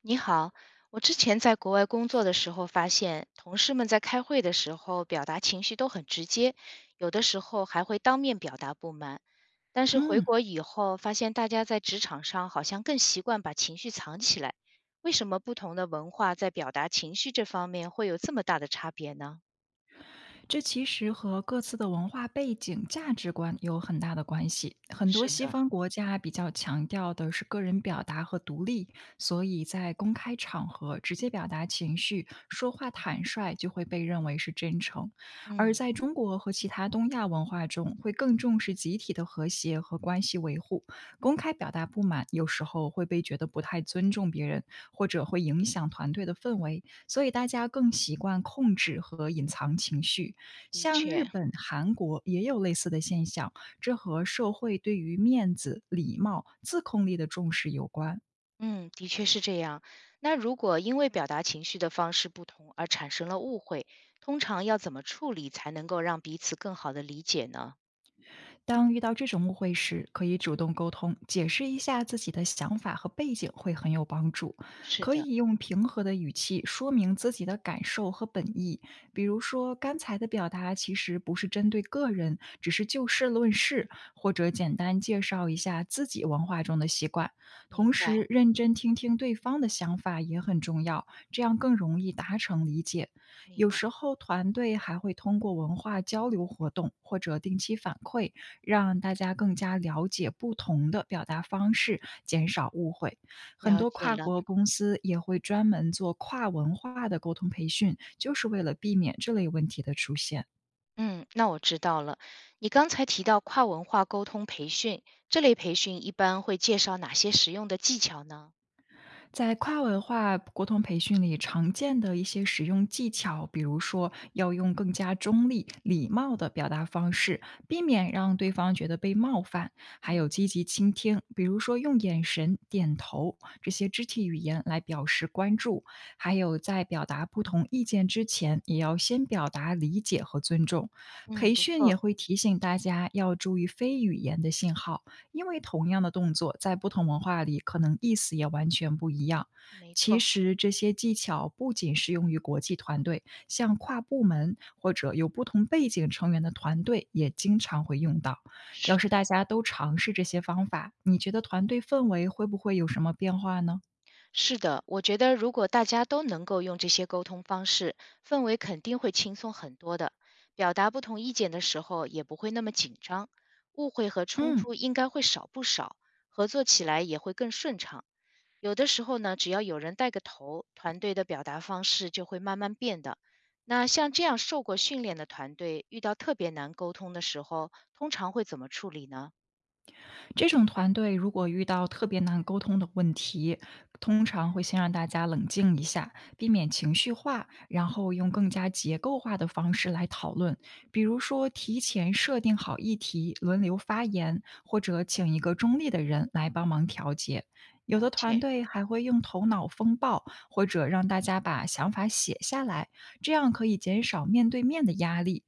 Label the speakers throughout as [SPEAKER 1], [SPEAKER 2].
[SPEAKER 1] 你好，我之前在国外工作的时候发现，同事们在开会的时候表达情绪都很直接，有的时候还会当面表达不满。但是回
[SPEAKER 2] 嗯，
[SPEAKER 1] 国以后，发现大家在职场上好像更习惯把情绪藏起来。为什么不同的文化在表达情绪这方面会有这么大的差别呢？
[SPEAKER 2] 这其实和各自的文化背景、价值观有很大的关系。很多
[SPEAKER 1] 是
[SPEAKER 2] 西
[SPEAKER 1] 的，
[SPEAKER 2] 方国家比较强调的是个人表达和独立，所以在公开场合直接表达情绪、说话坦率就会被认为是真诚；而
[SPEAKER 1] 嗯，
[SPEAKER 2] 在中国和其他东亚文化中，会更重视集体的和谐和关系维护。公开表达不满有时候会被觉得不太尊重别人，或者会影响团队的氛围。所以大家更习惯控制和隐藏情绪。
[SPEAKER 1] 的
[SPEAKER 2] 像日
[SPEAKER 1] 确。
[SPEAKER 2] 本、韩国也有类似的现象，这和社会对于面子、礼貌、自控力的重视有关。
[SPEAKER 1] 嗯，的确是这样。那如果因为表达情绪的方式不同而产生了误会，通常要怎么处理才能够让彼此更好的理解呢？
[SPEAKER 2] 当遇到这种误会时，可以主动沟通，解释一下自己的想法和背景，会很有帮助。
[SPEAKER 1] 是
[SPEAKER 2] 可
[SPEAKER 1] 的，
[SPEAKER 2] 以用平和的语气说明自己的感受和本意，比如说刚才的表达其实不是针对个人，只是就事论事，或者简单介绍一下自己文化中的习惯。同
[SPEAKER 1] 明白，
[SPEAKER 2] 时，认真听听对方的想法也很重要，这样更容易达成理解。
[SPEAKER 1] 明
[SPEAKER 2] 有
[SPEAKER 1] 白，
[SPEAKER 2] 时候，团队还会通过文化交流活动或者定期反馈。让大家更加了解不同的表达方式，减少误会。很
[SPEAKER 1] 了
[SPEAKER 2] 多
[SPEAKER 1] 解
[SPEAKER 2] 跨
[SPEAKER 1] 了。
[SPEAKER 2] 国公司也会专门做跨文化的沟通培训，就是为了避免这类问题的出现。
[SPEAKER 1] 嗯，那我知道了。你刚才提到跨文化沟通培训，这类培训一般会介绍哪些实用的技巧呢？
[SPEAKER 2] 在跨文化沟通培训里，常见的一些使用技巧，比如说要用更加中立、礼貌的表达方式，避免让对方觉得被冒犯；还有
[SPEAKER 1] 嗯
[SPEAKER 2] 积极倾听，比如说用眼神、点头这些肢体语言来表示关注；还有在表达不同意见之前，也要先表达理解和尊重。
[SPEAKER 1] 嗯，
[SPEAKER 2] 培
[SPEAKER 1] 不
[SPEAKER 2] 训也
[SPEAKER 1] 错，
[SPEAKER 2] 会提醒大家要注意非语言的信号。因为同样的动作在不同文化里可能意思也完全不一样。
[SPEAKER 1] 没
[SPEAKER 2] 其
[SPEAKER 1] 错，
[SPEAKER 2] 实这些技巧不仅适用于国际团队，像跨部门或者有不同背景成员的团队也经常会用到。
[SPEAKER 1] 是
[SPEAKER 2] 要是大家都尝试这些方法，你觉得团队氛围会不会有什么变化呢？
[SPEAKER 1] 是的，我觉得如果大家都能够用这些沟通方式，氛围肯定会轻松很多的。表达不同意见的时候也不会那么紧张，误会和冲
[SPEAKER 2] 嗯。
[SPEAKER 1] 突应该会少不少，合作起来也会更顺畅。有的时候呢，只要有人带个头，团队的表达方式就会慢慢变的。那像这样受过训练的团队，遇到特别难沟通的时候，通常会怎么处理呢？
[SPEAKER 2] 这种团队如果遇到特别难沟通的问题，通常会先让大家冷静一下，避免情绪化，然后用更加结构化的方式来讨论。比如说，提前设定好议题，轮流发言，或者请一个中立的人来帮忙调节。有
[SPEAKER 1] 了
[SPEAKER 2] 的团
[SPEAKER 1] 解，
[SPEAKER 2] 队还会用头脑风暴，或者让大家把想法写下来，这样可以减少面对面的压力，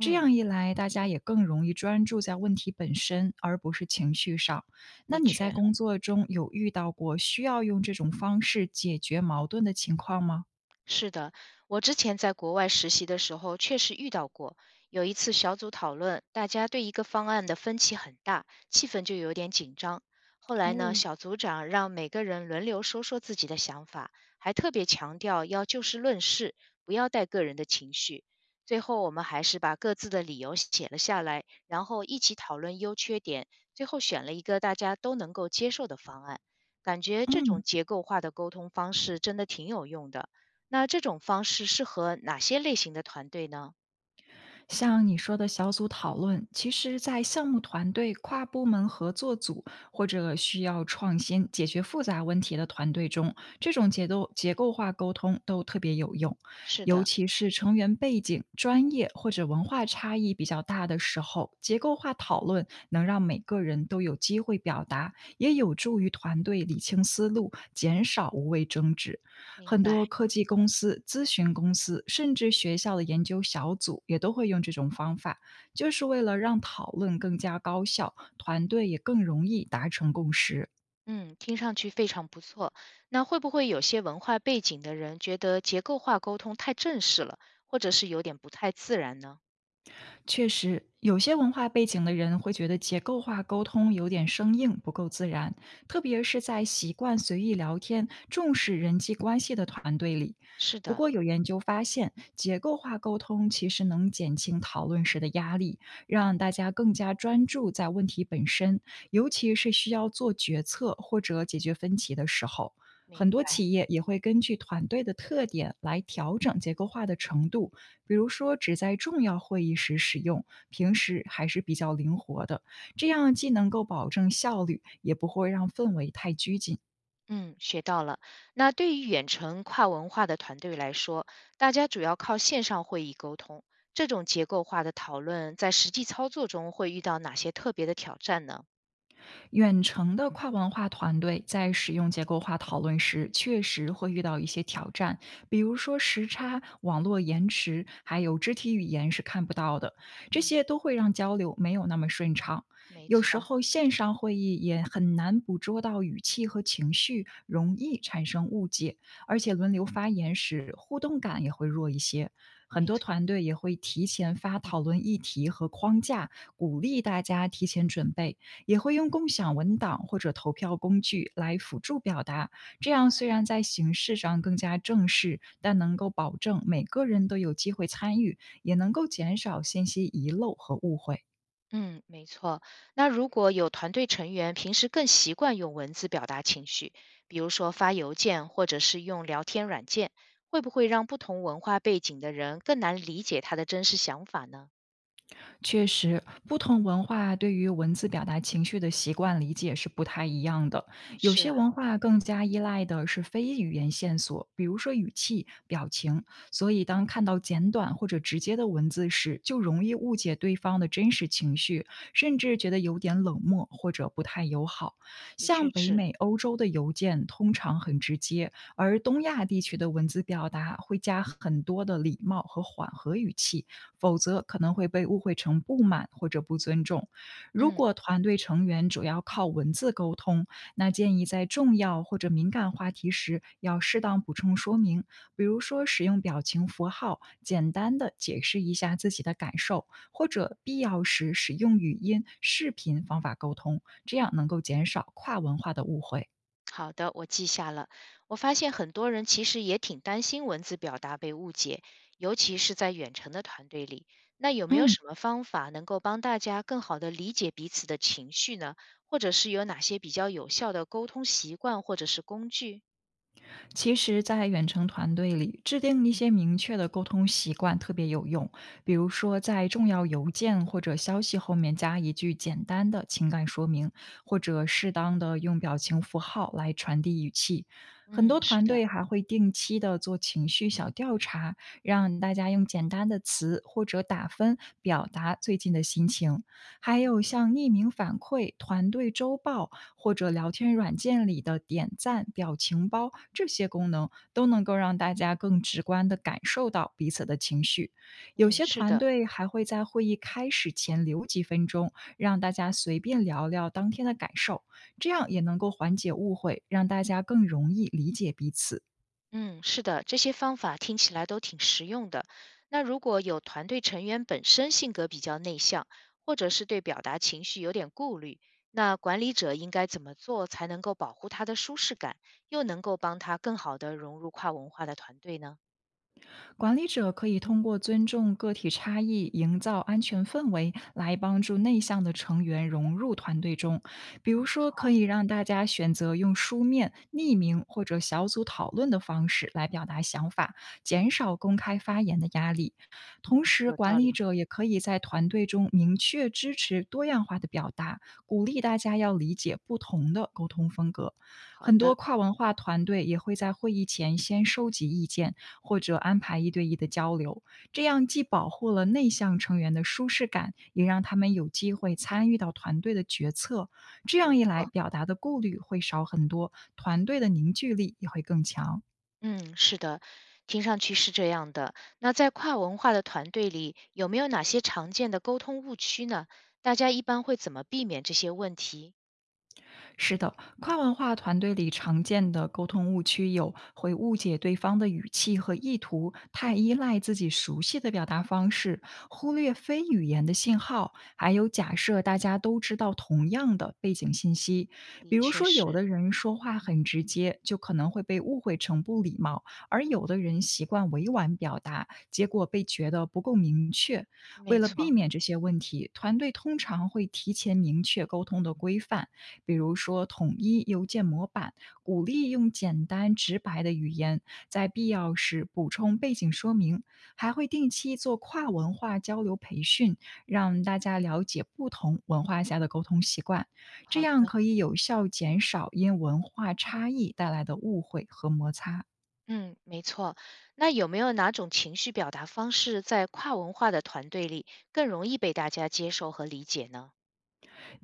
[SPEAKER 2] 这样一来，大家也更容易专注在问题本身，而不是情绪上。那
[SPEAKER 1] 的
[SPEAKER 2] 你在
[SPEAKER 1] 确。
[SPEAKER 2] 工作中有遇到过需要用这种方式解决矛盾的情况吗？
[SPEAKER 1] 是的，我之前在国外实习的时候确实遇到过。有一次小组讨论，大家对一个方案的分歧很大，气氛就有点紧张。后来呢，
[SPEAKER 2] 哦，
[SPEAKER 1] 小组长让每个人轮流说说自己的想法，还特别强调要就事论事，不要带个人的情绪。最后，我们还是把各自的理由写了下来，然后一起讨论优缺点，最后选了一个大家都能够接受的方案。感觉这种
[SPEAKER 2] 嗯。
[SPEAKER 1] 结构化的沟通方式真的挺有用的。那这种方式适合哪些类型的团队呢？
[SPEAKER 2] 像你说的小组讨论，其实，在项目团队、跨部门合作组或者需要创新解决复杂问题的团队中，这种结构化沟通都特别有用，
[SPEAKER 1] 是
[SPEAKER 2] 尤
[SPEAKER 1] 的，
[SPEAKER 2] 其是成员背景、专业或者文化差异比较大的时候，结构化讨论能让每个人都有机会表达，也有助于团队理清思路，减少无谓争执。
[SPEAKER 1] 明
[SPEAKER 2] 很
[SPEAKER 1] 白。
[SPEAKER 2] 多科技公司、咨询公司，甚至学校的研究小组也都会用这种方法，就是为了让讨论更加高效，团队也更容易达成共识。
[SPEAKER 1] 嗯，听上去非常不错。那会不会有些文化背景的人觉得结构化沟通太正式了，或者是有点不太自然呢？
[SPEAKER 2] 确实，有些文化背景的人会觉得结构化沟通有点生硬，不够自然，特别是在习惯随意聊天、重视人际关系的团队里。
[SPEAKER 1] 是
[SPEAKER 2] 不
[SPEAKER 1] 的，
[SPEAKER 2] 过，有研究发现，结构化沟通其实能减轻讨论时的压力，让大家更加专注在问题本身，尤其是需要做决策或者解决分歧的时候。很
[SPEAKER 1] 明
[SPEAKER 2] 多
[SPEAKER 1] 白。
[SPEAKER 2] 企业也会根据团队的特点来调整结构化的程度，比如说只在重要会议时使用，平时还是比较灵活的，这样既能够保证效率，也不会让氛围太拘谨。
[SPEAKER 1] 嗯，学到了。那对于远程跨文化的团队来说，大家主要靠线上会议沟通，这种结构化的讨论在实际操作中会遇到哪些特别的挑战呢？
[SPEAKER 2] 远程的跨文化团队在使用结构化讨论时，确实会遇到一些挑战，比如说时差、网络延迟，还有肢体语言是看不到的，这
[SPEAKER 1] 嗯，
[SPEAKER 2] 些都会让交流没有那么顺畅。
[SPEAKER 1] 没
[SPEAKER 2] 有时
[SPEAKER 1] 错，
[SPEAKER 2] 候线上会议也很难捕捉到语气和情绪，容易产生误解，而且轮流发言时互动感也会弱一些。很
[SPEAKER 1] 没
[SPEAKER 2] 多
[SPEAKER 1] 错。
[SPEAKER 2] 团队也会提前发讨论议题和框架，鼓励大家提前准备，也会用共享文档或者投票工具来辅助表达。这样虽然在形式上更加正式，但能够保证每个人都有机会参与，也能够减少信息遗漏和误会。
[SPEAKER 1] 嗯，没错。那如果有团队成员平时更习惯用文字表达情绪，比如说发邮件或者是用聊天软件，会不会让不同文化背景的人更难理解他的真实想法呢？
[SPEAKER 2] 确实，不同文化对于文字表达情绪的习惯理解是不太一样的。有
[SPEAKER 1] 是
[SPEAKER 2] 些
[SPEAKER 1] 啊，
[SPEAKER 2] 文化更加依赖的是非语言线索，比如说语气、表情。所以，当看到简短或者直接的文字时，就容易误解对方的真实情绪，甚至觉得有点冷漠或者不太友好。
[SPEAKER 1] 的
[SPEAKER 2] 像
[SPEAKER 1] 确
[SPEAKER 2] 北
[SPEAKER 1] 是。
[SPEAKER 2] 美、欧洲的邮件通常很直接，而东亚地区的文字表达会加很多的礼貌和缓和语气，否则可能会被误会成不满或者不尊重。如
[SPEAKER 1] 嗯。
[SPEAKER 2] 果团队成员主要靠文字沟通，那建议在重要或者敏感话题时要适当补充说明，比如说使用表情符号，简单的解释一下自己的感受，或者必要时使用语音、视频方法沟通，这样能够减少跨文化的误会。
[SPEAKER 1] 好的，我记下了。我发现很多人其实也挺担心文字表达被误解，尤其是在远程的团队里。那有没有
[SPEAKER 2] 嗯。
[SPEAKER 1] 什么方法能够帮大家更好的理解彼此的情绪呢？或者是有哪些比较有效的沟通习惯或者是工具？
[SPEAKER 2] 其实，在远程团队里，制定一些明确的沟通习惯特别有用。比如说，在重要邮件或者消息后面加一句简单的情感说明，或者适当的用表情符号来传递语气。很
[SPEAKER 1] 嗯，
[SPEAKER 2] 多
[SPEAKER 1] 是
[SPEAKER 2] 团
[SPEAKER 1] 的，
[SPEAKER 2] 队还会定期的做情绪小调查，让大家用简单的词或者打分表达最近的心情。还有像匿名反馈、团队周报或者聊天软件里的点赞、表情包这些功能，都能够让大家更直观地感受到彼此的情绪。有
[SPEAKER 1] 嗯，
[SPEAKER 2] 些
[SPEAKER 1] 是
[SPEAKER 2] 团
[SPEAKER 1] 的。
[SPEAKER 2] 队还会在会议开始前留几分钟，让大家随便聊聊当天的感受，这样也能够缓解误会，让大家更容易理解彼此。
[SPEAKER 1] 嗯，是的，这些方法听起来都挺实用的。那如果有团队成员本身性格比较内向，或者是对表达情绪有点顾虑，那管理者应该怎么做才能够保护他的舒适感，又能够帮他更好地融入跨文化的团队呢？
[SPEAKER 2] 管理者可以通过尊重个体差异，营造安全氛围，来帮助内向的成员融入团队中。比如
[SPEAKER 1] 嗯
[SPEAKER 2] 说，可以让大家选择用书面、匿名或者小组讨论的方式来表达想法，减少公开发言的压力。同
[SPEAKER 1] 嗯，
[SPEAKER 2] 时，
[SPEAKER 1] 有
[SPEAKER 2] 管
[SPEAKER 1] 道
[SPEAKER 2] 理
[SPEAKER 1] 理。
[SPEAKER 2] 者也可以在团队中明确支持多样化的表达，鼓励大家要理解不同的沟通风格。
[SPEAKER 1] 好
[SPEAKER 2] 很多
[SPEAKER 1] 的，
[SPEAKER 2] 跨文化团队也会在会议前先收集意见，或者安排一对一的交流。这样既保护了内向成员的舒适感，也让他们有机会参与到团队的决策。这样
[SPEAKER 1] 不
[SPEAKER 2] 一来，
[SPEAKER 1] 错。
[SPEAKER 2] 表达的顾虑会少很多，团队的凝聚力也会更强。
[SPEAKER 1] 嗯，是的，听上去是这样的。那在跨文化的团队里，有没有哪些常见的沟通误区呢？大家一般会怎么避免这些问题？
[SPEAKER 2] 是的，跨文化团队里常见的沟通误区有会误解对方的语气和意图，太依赖自己熟悉的表达方式，忽略非语言的信号，还有假设大家都知道同样的背景信息。比
[SPEAKER 1] 的
[SPEAKER 2] 如
[SPEAKER 1] 确
[SPEAKER 2] 说，有
[SPEAKER 1] 是，
[SPEAKER 2] 的人说话很直接，就可能会被误会成不礼貌；而有的人习惯委婉表达，结果被觉得不够明确。为
[SPEAKER 1] 没
[SPEAKER 2] 了避
[SPEAKER 1] 错，
[SPEAKER 2] 免这些问题，团队通常会提前明确沟通的规范。比如说统一邮件模板，鼓励用简单直白的语言，在必要时补充背景说明，还会定期做跨文化交流培训，让大家了解不同文化下的沟通习惯，这
[SPEAKER 1] 好的，
[SPEAKER 2] 样可以有效减少因文化差异带来的误会和摩擦。
[SPEAKER 1] 嗯，没错。那有没有哪种情绪表达方式在跨文化的团队里更容易被大家接受和理解呢？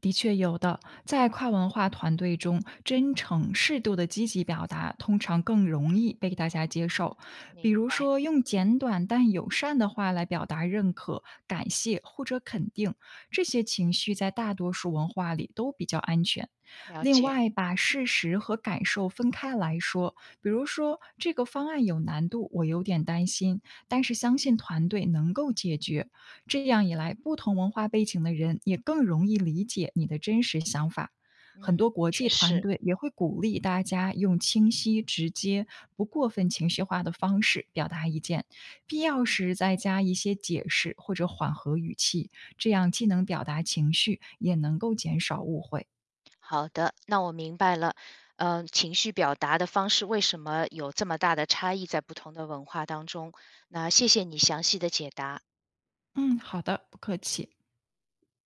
[SPEAKER 2] 的确有的，在跨文化团队中，真诚、适度的积极表达通常更容易被大家接受。比
[SPEAKER 1] 明
[SPEAKER 2] 如
[SPEAKER 1] 白，
[SPEAKER 2] 说，用简短但友善的话来表达认可、感谢或者肯定，这些情绪在大多数文化里都比较安全。
[SPEAKER 1] 了
[SPEAKER 2] 另
[SPEAKER 1] 解，
[SPEAKER 2] 外，把事实和感受分开来说，比如说这个方案有难度，我有点担心，但是相信团队能够解决。这样一来，不同文化背景的人也更容易理解你的真实想法。很
[SPEAKER 1] 嗯，
[SPEAKER 2] 多国际
[SPEAKER 1] 确
[SPEAKER 2] 团
[SPEAKER 1] 实，
[SPEAKER 2] 队也会鼓励大家用清晰、直接、不过分情绪化的方式表达意见，必要时再加一些解释或者缓和语气，这样既能表达情绪，也能够减少误会。
[SPEAKER 1] 好的，那我明白了。嗯，情绪表达的方式为什么有这么大的差异在不同的文化当中？那谢谢你详细的解答。
[SPEAKER 2] 嗯，好的，不客气。